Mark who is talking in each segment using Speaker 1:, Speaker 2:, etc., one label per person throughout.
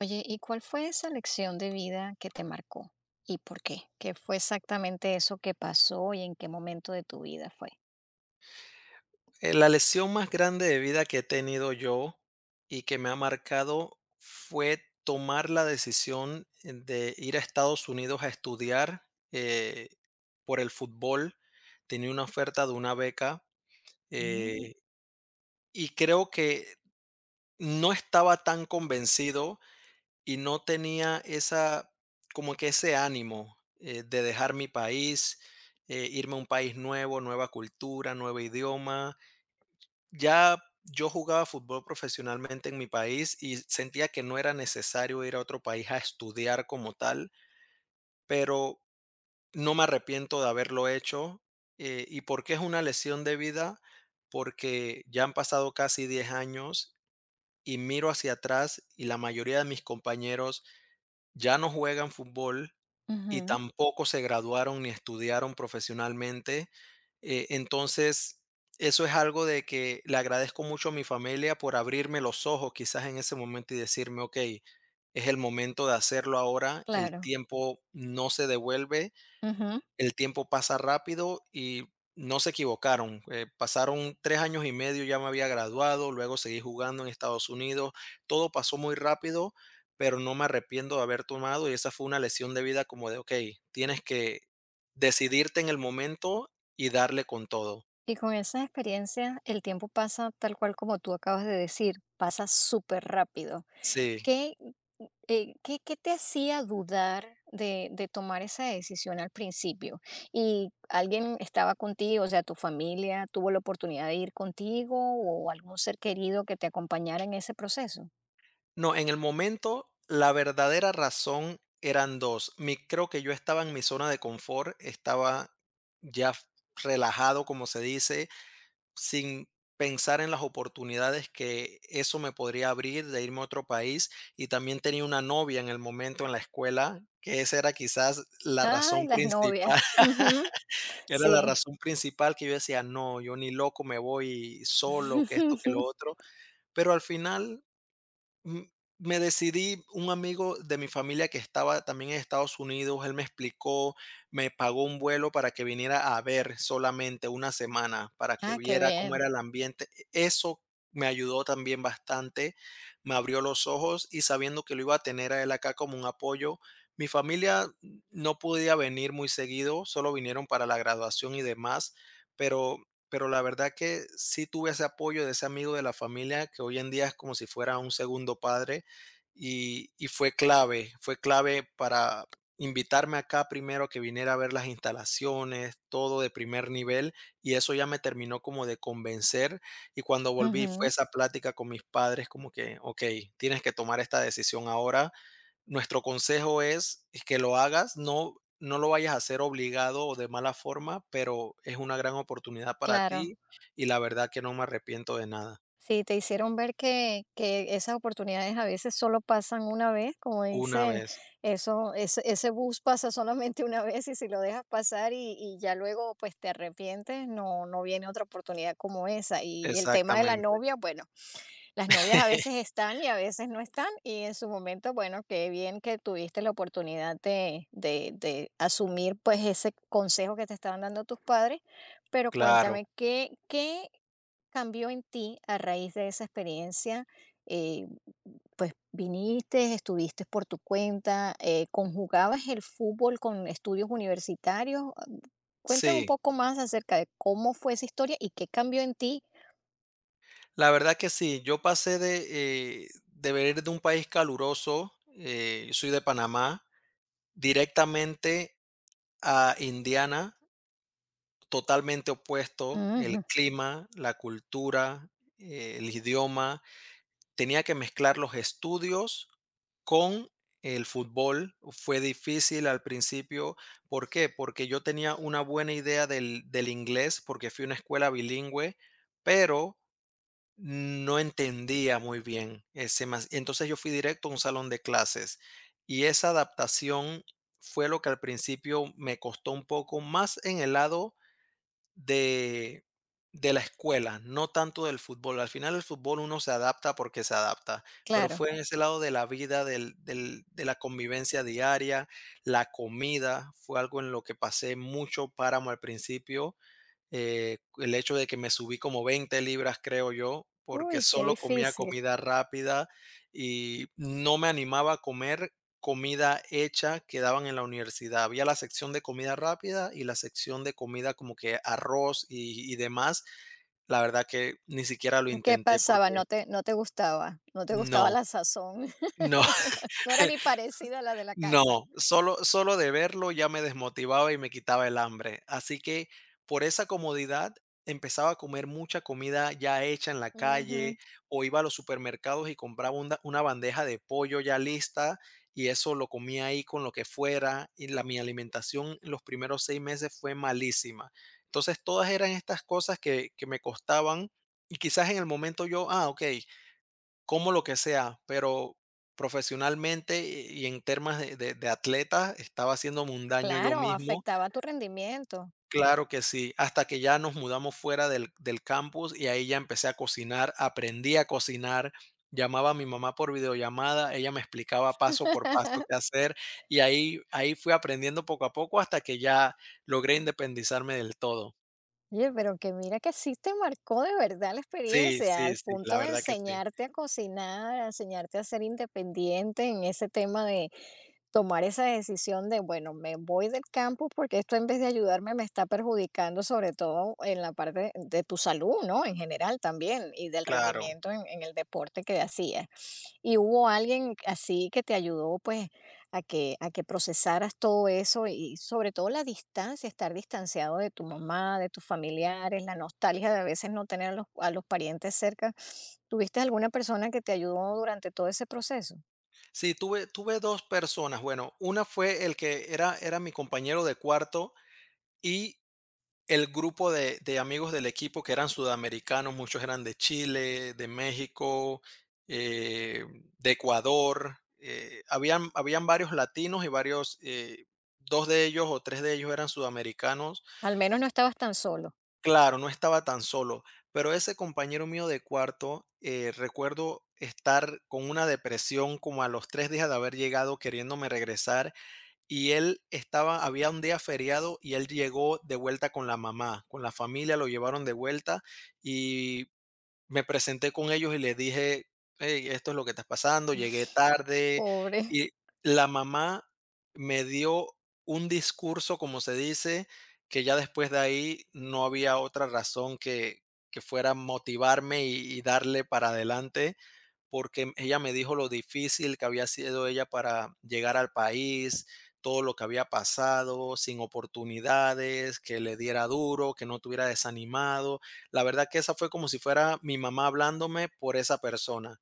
Speaker 1: Oye, ¿y cuál fue esa lección de vida que te marcó? ¿Y por qué? ¿Qué fue exactamente eso que pasó y en qué momento de tu vida fue?
Speaker 2: La lesión más grande de vida que he tenido yo y que me ha marcado fue tomar la decisión de ir a Estados Unidos a estudiar eh, por el fútbol. Tenía una oferta de una beca,
Speaker 1: Mm.
Speaker 2: eh, y creo que no estaba tan convencido y no tenía esa, como que ese ánimo de dejar mi país, irme a un país nuevo, nueva cultura, nuevo idioma. Ya yo jugaba fútbol profesionalmente en mi país y sentía que no era necesario ir a otro país a estudiar como tal, pero no me arrepiento de haberlo hecho. ¿Y por qué es una lesión de vida? Porque ya han pasado casi 10 años y miro hacia atrás y la mayoría de mis compañeros ya no juegan fútbol y
Speaker 1: Ujú.
Speaker 2: tampoco se graduaron ni estudiaron profesionalmente. Entonces, eso es algo de que le agradezco mucho a mi familia por abrirme los ojos quizás en ese momento y decirme, ok, es el momento de hacerlo ahora, el
Speaker 1: Claro.
Speaker 2: tiempo no se devuelve,
Speaker 1: Ujú.
Speaker 2: el tiempo pasa rápido y no se equivocaron. Pasaron 3 años y medio, ya me había graduado, luego seguí jugando en Estados Unidos. Todo pasó muy rápido, pero no me arrepiento de haber tomado, y esa fue una lección de vida como de, ok, tienes que decidirte en el momento y darle con todo.
Speaker 1: Y con esas experiencias, el tiempo pasa tal cual como tú acabas de decir, pasa súper rápido.
Speaker 2: Sí.
Speaker 1: ¿Qué, qué te hacía dudar de tomar esa decisión al principio? ¿Y alguien estaba contigo? O sea, ¿tu familia tuvo la oportunidad de ir contigo o algún ser querido que te acompañara en ese proceso?
Speaker 2: No, en el momento la verdadera razón eran dos. Mi, creo que yo estaba en mi zona de confort, estaba ya relajado, como se dice, sin pensar en las oportunidades que eso me podría abrir de irme a otro país, y también tenía una novia en el momento en la escuela, que esa era quizás la
Speaker 1: Ay,
Speaker 2: razón
Speaker 1: las novias.
Speaker 2: principal.
Speaker 1: Ujú.
Speaker 2: Era la
Speaker 1: Sí.
Speaker 2: razón principal, que yo decía, no, yo ni loco me voy solo, que esto, que lo otro, pero al final Mm, me decidí. Un amigo de mi familia que estaba también en Estados Unidos, él me explicó, me pagó un vuelo para que viniera a ver solamente una semana, para que
Speaker 1: Ah, qué
Speaker 2: viera cómo
Speaker 1: bien.
Speaker 2: era el ambiente. Eso me ayudó también bastante, me abrió los ojos, y sabiendo que lo iba a tener a él acá como un apoyo, mi familia no podía venir muy seguido, solo vinieron para la graduación y demás, pero pero la verdad que sí tuve ese apoyo de ese amigo de la familia que hoy en día es como si fuera un segundo padre, y fue clave para invitarme acá primero, que viniera a ver las instalaciones, todo de primer nivel, y eso ya me terminó como de convencer. Y cuando volví fue
Speaker 1: Ujú.
Speaker 2: esa plática con mis padres como que, ok, tienes que tomar esta decisión ahora, nuestro consejo es que lo hagas, no lo vayas a hacer obligado o de mala forma, pero es una gran oportunidad para
Speaker 1: Claro.
Speaker 2: ti, y la verdad que no me arrepiento de nada.
Speaker 1: Sí, te hicieron ver que esas oportunidades a veces solo pasan una vez, como
Speaker 2: Una
Speaker 1: dicen,
Speaker 2: vez,
Speaker 1: eso, ese bus pasa solamente una vez, y si lo dejas pasar y ya luego, pues, te arrepientes, no viene otra oportunidad como esa. Y el tema de la
Speaker 2: exactamente.
Speaker 1: novia, bueno, las novias a veces están y a veces no están, y en su momento, bueno, qué bien que tuviste la oportunidad de asumir pues ese consejo que te estaban dando tus padres, pero
Speaker 2: Claro,
Speaker 1: cuéntame, ¿qué cambió en ti a raíz de esa experiencia? Eh, pues viniste, estuviste por tu cuenta, conjugabas el fútbol con estudios universitarios. Cuéntame un
Speaker 2: sí,
Speaker 1: poco más acerca de cómo fue esa historia y qué cambió en ti.
Speaker 2: la verdad que sí. Yo pasé de venir de un país caluroso, soy de Panamá, directamente a Indiana, totalmente opuesto, el
Speaker 1: Ujú.
Speaker 2: clima, la cultura, el idioma. Tenía que mezclar los estudios con el fútbol. Fue difícil al principio. ¿Por qué? Porque yo tenía una buena idea del inglés, porque fui a una escuela bilingüe, pero no entendía muy bien ese Entonces yo fui directo a un salón de clases, y esa adaptación fue lo que al principio me costó un poco más en el lado de, de la escuela, no tanto del fútbol. Al final el fútbol uno se adapta porque se adapta, pero
Speaker 1: Claro.
Speaker 2: fue en ese lado de la vida, de la convivencia diaria, la comida, fue algo en lo que pasé mucho páramo al principio. El hecho de que me subí como 20 libras, creo yo, porque
Speaker 1: Uy, qué
Speaker 2: solo comía
Speaker 1: difícil.
Speaker 2: comida rápida y no me animaba a comer comida hecha que daban en la universidad. Había la sección de comida rápida y la sección de comida como que arroz y demás. La verdad que ni siquiera lo
Speaker 1: ¿Qué
Speaker 2: intenté
Speaker 1: pasaba?
Speaker 2: porque
Speaker 1: No te gustaba, no te gustaba
Speaker 2: no,
Speaker 1: la sazón.
Speaker 2: no.
Speaker 1: No era ni parecida a la de la casa.
Speaker 2: No, solo de verlo ya me desmotivaba y me quitaba el hambre. Así que por esa comodidad empezaba a comer mucha comida ya hecha en la
Speaker 1: Ujú.
Speaker 2: calle, o iba a los supermercados y compraba una bandeja de pollo ya lista y eso lo comía ahí con lo que fuera, y la mi alimentación en los primeros 6 meses fue malísima. Entonces, todas eran estas cosas que me costaban y quizás en el momento yo: "Ah, okey, como lo que sea", pero profesionalmente y en temas de atleta estaba haciéndome un daño yo
Speaker 1: Claro,
Speaker 2: mismo.
Speaker 1: afectaba tu rendimiento.
Speaker 2: Claro que sí, hasta que ya nos mudamos fuera del campus, y ahí ya empecé a cocinar, aprendí a cocinar, llamaba a mi mamá por videollamada, ella me explicaba paso por paso qué hacer, y ahí fui aprendiendo poco a poco hasta que ya logré independizarme del todo.
Speaker 1: Oye, pero que mira que sí te marcó de verdad la
Speaker 2: Sí,
Speaker 1: experiencia,
Speaker 2: sí,
Speaker 1: al
Speaker 2: sí,
Speaker 1: punto
Speaker 2: la
Speaker 1: de
Speaker 2: verdad que sí,
Speaker 1: enseñarte a cocinar, a enseñarte a ser independiente en ese tema de tomar esa decisión de, bueno, me voy del campo porque esto, en vez de ayudarme, me está perjudicando, sobre todo en la parte de tu salud, ¿no? En general también, y del
Speaker 2: claro.
Speaker 1: rendimiento en el deporte que hacías. ¿Y hubo alguien así que te ayudó pues a que procesaras todo eso y sobre todo la distancia, estar distanciado de tu mamá, de tus familiares, la nostalgia de a veces no tener a los parientes cerca? ¿Tuviste alguna persona que te ayudó durante todo ese proceso?
Speaker 2: Sí, tuve 2 personas. Bueno, una fue el que era mi compañero de cuarto, y el grupo de amigos del equipo que eran sudamericanos, muchos eran de Chile, de México, eh, de Ecuador, habían varios latinos y varios, 2 de ellos o 3 de ellos eran sudamericanos.
Speaker 1: Al menos no estabas tan solo.
Speaker 2: Claro, no estaba tan solo, pero ese compañero mío de cuarto, recuerdo estar con una depresión como a los 3 días de haber llegado, queriéndome regresar, y él estaba, había un día feriado y él llegó de vuelta con la mamá, con la familia, lo llevaron de vuelta, y me presenté con ellos y les dije, "Hey, esto es lo que está pasando, llegué tarde",
Speaker 1: Pobre.
Speaker 2: y la mamá me dio un discurso, como se dice, que ya después de ahí no había otra razón que fuera motivarme y darle para adelante, porque ella me dijo lo difícil que había sido ella para llegar al país, todo lo que había pasado, sin oportunidades, que le diera duro, que no tuviera desanimado. La verdad que esa fue como si fuera mi mamá hablándome por esa persona.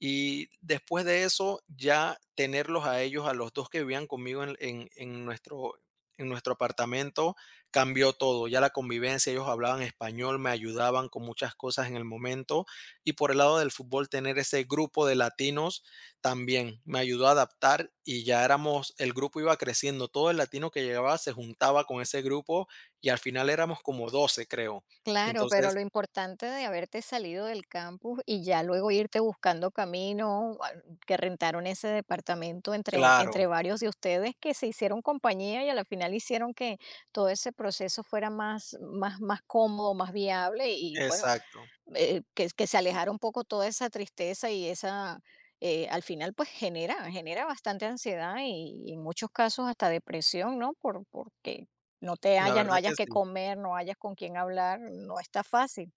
Speaker 2: Y después de eso, ya tenerlos a ellos, a los 2 que vivían conmigo en nuestro apartamento, cambió todo. Ya la convivencia, ellos hablaban español, me ayudaban con muchas cosas en el momento. Y por el lado del fútbol, tener ese grupo de latinos también me ayudó a adaptar, y ya éramos, el grupo iba creciendo. Todo el latino que llegaba se juntaba con ese grupo, y al final éramos como 12, creo.
Speaker 1: Claro, pero
Speaker 2: Entonces
Speaker 1: lo importante de haberte salido del campus y ya luego irte buscando camino, ah, que rentaron ese departamento entre, entre
Speaker 2: claro,
Speaker 1: varios de ustedes, que se hicieron compañía y a la final hicieron que todo ese proceso fuera más, más, más cómodo, más viable y bueno,
Speaker 2: exacto.
Speaker 1: que se alejara un poco toda esa tristeza y esa, al final, pues genera, bastante ansiedad y en muchos casos hasta depresión, ¿no? Porque no te
Speaker 2: La
Speaker 1: hallas, no
Speaker 2: verdad
Speaker 1: hayas
Speaker 2: que
Speaker 1: que
Speaker 2: sí.
Speaker 1: comer, no hayas con quién hablar, no está fácil.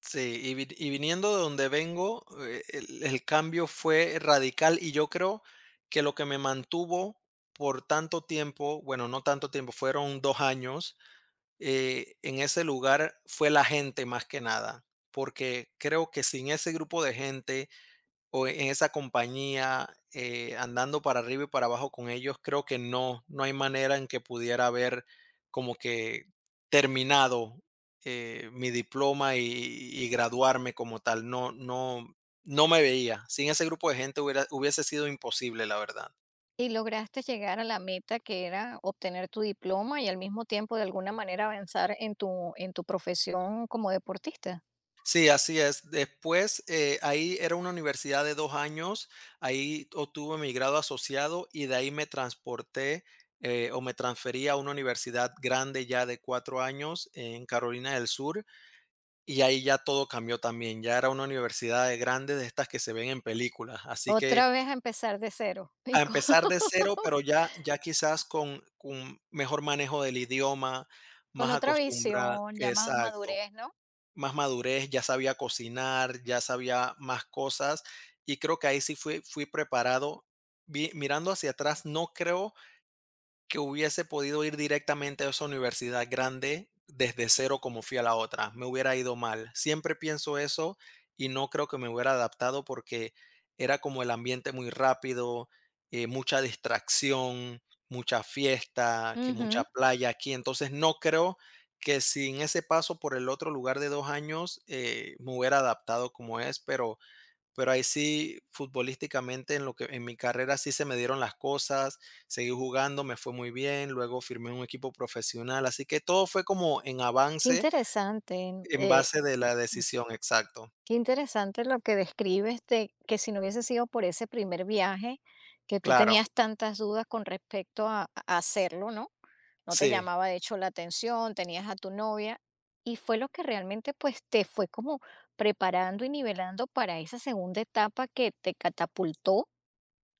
Speaker 2: Sí, y viniendo de donde vengo, el cambio fue radical, y yo creo que lo que me mantuvo por tanto tiempo, bueno, no tanto tiempo, fueron 2 años, en ese lugar, fue la gente más que nada, porque creo que sin ese grupo de gente o en esa compañía, andando para arriba y para abajo con ellos, creo que no, no hay manera en que pudiera haber como que terminado mi diploma y graduarme como tal. No, no, no me veía. Sin ese grupo de gente hubiera, hubiese sido imposible, la verdad.
Speaker 1: Y lograste llegar a la meta que era obtener tu diploma y al mismo tiempo de alguna manera avanzar en tu, en tu profesión como deportista.
Speaker 2: Sí, así es. Después, ahí era una universidad de 2 años, ahí obtuve mi grado asociado, y de ahí me transporté, o me transferí a una universidad grande ya de 4 años en Carolina del Sur, y ahí ya todo cambió también, ya era una universidad de grande de estas que se ven en películas. Así que
Speaker 1: Otra vez a empezar de cero y
Speaker 2: a
Speaker 1: con
Speaker 2: empezar de cero, pero ya quizás con mejor manejo del idioma,
Speaker 1: con
Speaker 2: más
Speaker 1: otra
Speaker 2: acostumbra,
Speaker 1: visión, ya más
Speaker 2: exacto.
Speaker 1: madurez, ¿no?
Speaker 2: Más madurez, ya sabía cocinar, ya sabía más cosas, y creo que ahí sí fui preparado. Vi mirando hacia atrás, no creo que hubiese podido ir directamente a esa universidad grande desde cero como fui a la otra, me hubiera ido mal. Siempre pienso eso, y no creo que me hubiera adaptado porque era como el ambiente muy rápido, mucha distracción, mucha fiesta, que
Speaker 1: Ujú.
Speaker 2: mucha playa aquí. Entonces no creo que sin ese paso por el otro lugar de 2 años me hubiera adaptado como es, pero ahí sí, futbolísticamente, en lo que en mi carrera sí se me dieron las cosas, seguí jugando, me fue muy bien, luego firmé un equipo profesional, así que todo fue como en
Speaker 1: Qué
Speaker 2: avance
Speaker 1: interesante. mm,
Speaker 2: en
Speaker 1: eh,
Speaker 2: base de la decisión, exacto.
Speaker 1: qué interesante lo que describes, de que si no hubiese sido por ese primer viaje, que tú
Speaker 2: Claro,
Speaker 1: tenías tantas dudas con respecto a hacerlo, ¿no? No te
Speaker 2: sí,
Speaker 1: llamaba de hecho la atención, tenías a tu novia, y fue lo que realmente pues te fue como preparando y nivelando para esa segunda etapa que te catapultó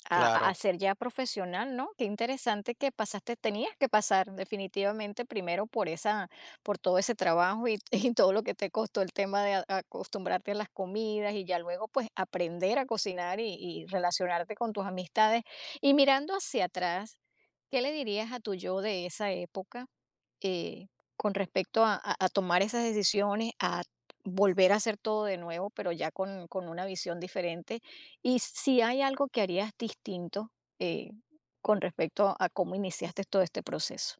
Speaker 1: a, a
Speaker 2: claro.
Speaker 1: a ser ya profesional, ¿no? Qué interesante que pasaste, tenías que pasar definitivamente primero por esa, por todo ese trabajo y, y todo lo que te costó el tema de acostumbrarte a las comidas y ya luego pues aprender a cocinar y relacionarte con tus amistades. Y mirando hacia atrás, ¿qué le dirías a tu yo de esa época? eh, con respecto a, a tomar esas decisiones, a volver a hacer todo de nuevo, pero ya con una visión diferente. Y si hay algo que harías distinto, eh, con respecto a cómo iniciaste todo este proceso.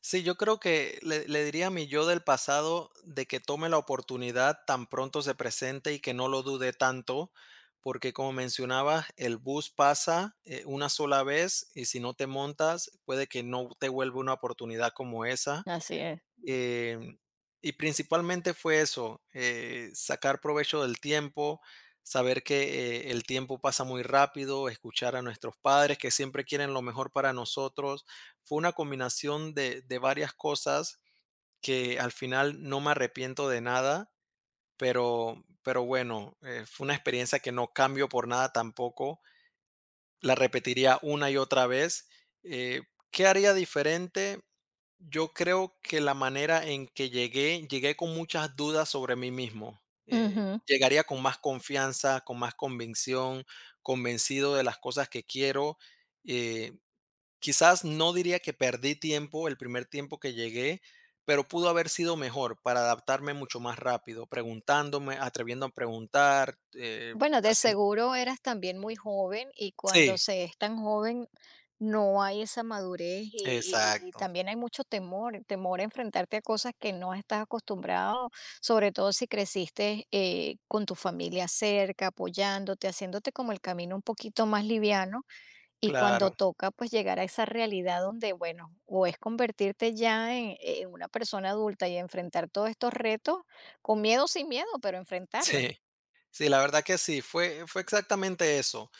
Speaker 2: Sí, yo creo que le diría a mi yo del pasado de que tome la oportunidad tan pronto se presente y que no lo dude tanto, porque como mencionaba, el bus pasa una sola vez, y si no te montas, puede que no te vuelva una oportunidad como esa.
Speaker 1: Así es.
Speaker 2: Eh, y principalmente fue eso, sacar provecho del tiempo, saber que el tiempo pasa muy rápido, escuchar a nuestros padres que siempre quieren lo mejor para nosotros. Fue una combinación de varias cosas que al final no me arrepiento de nada, pero bueno, fue una experiencia que no cambio por nada tampoco, la repetiría una y otra vez. Eh, ¿Qué haría diferente? Yo creo que la manera en que llegué, llegué con muchas dudas sobre mí mismo.
Speaker 1: Ujú.
Speaker 2: Llegaría con más confianza, con más convicción, convencido de las cosas que quiero. Eh, Quizás no diría que perdí tiempo el primer tiempo que llegué, pero pudo haber sido mejor para adaptarme mucho más rápido, preguntándome, atreviendo a preguntar.
Speaker 1: Bueno, de
Speaker 2: Haci-
Speaker 1: seguro eras también muy joven, y cuando
Speaker 2: sí,
Speaker 1: se es tan joven no hay esa madurez, y
Speaker 2: exacto,
Speaker 1: también hay mucho temor, temor a enfrentarte a cosas que no estás acostumbrado, sobre todo si creciste, con tu familia cerca, apoyándote, haciéndote como el camino un poquito más liviano, y cuando
Speaker 2: claro.
Speaker 1: toca pues llegar a esa realidad donde, bueno, o es convertirte ya en una persona adulta y enfrentar todos estos retos con miedo, sin miedo, pero enfrentarlos.
Speaker 2: Sí, sí, la verdad que sí, fue exactamente eso.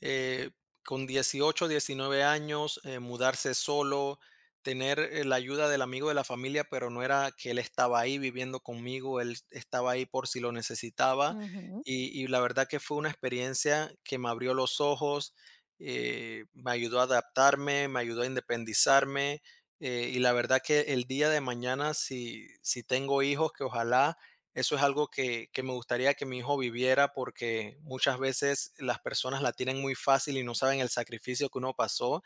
Speaker 2: Eh, con 18, 19 años, mudarse solo, tener, la ayuda del amigo de la familia, pero no era que él estaba ahí viviendo conmigo, él estaba ahí por si lo necesitaba.
Speaker 1: Ujú.
Speaker 2: Y la verdad que fue una experiencia que me abrió los ojos, me ayudó a adaptarme, me ayudó a independizarme, y la verdad que el día de mañana, si tengo hijos, que ojalá, eso es algo que me gustaría que mi hijo viviera, porque muchas veces las personas la tienen muy fácil y no saben el sacrificio que uno pasó,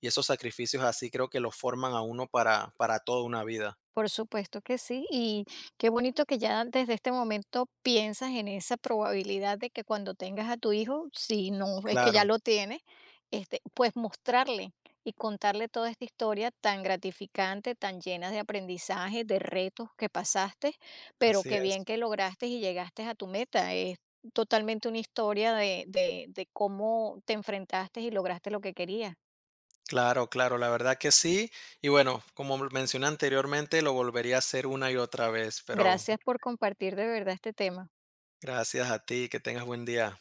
Speaker 2: y esos sacrificios así creo que lo forman a uno para toda una vida.
Speaker 1: Por supuesto que sí, y qué bonito que ya desde este momento piensas en esa probabilidad de que cuando tengas a tu hijo, si no es que ya
Speaker 2: Claro,
Speaker 1: lo tienes, este, pues mostrarle y contarle toda esta historia tan gratificante, tan llena de aprendizaje, de retos que pasaste, pero
Speaker 2: así
Speaker 1: qué bien
Speaker 2: es.
Speaker 1: que lograste y llegaste a tu meta. Es totalmente una historia de cómo te enfrentaste y lograste lo que querías.
Speaker 2: Claro, claro, la verdad que sí. Y bueno, como mencioné anteriormente, lo volvería a hacer una y otra vez, pero
Speaker 1: Gracias por compartir de verdad este tema.
Speaker 2: gracias a ti, que tengas buen día.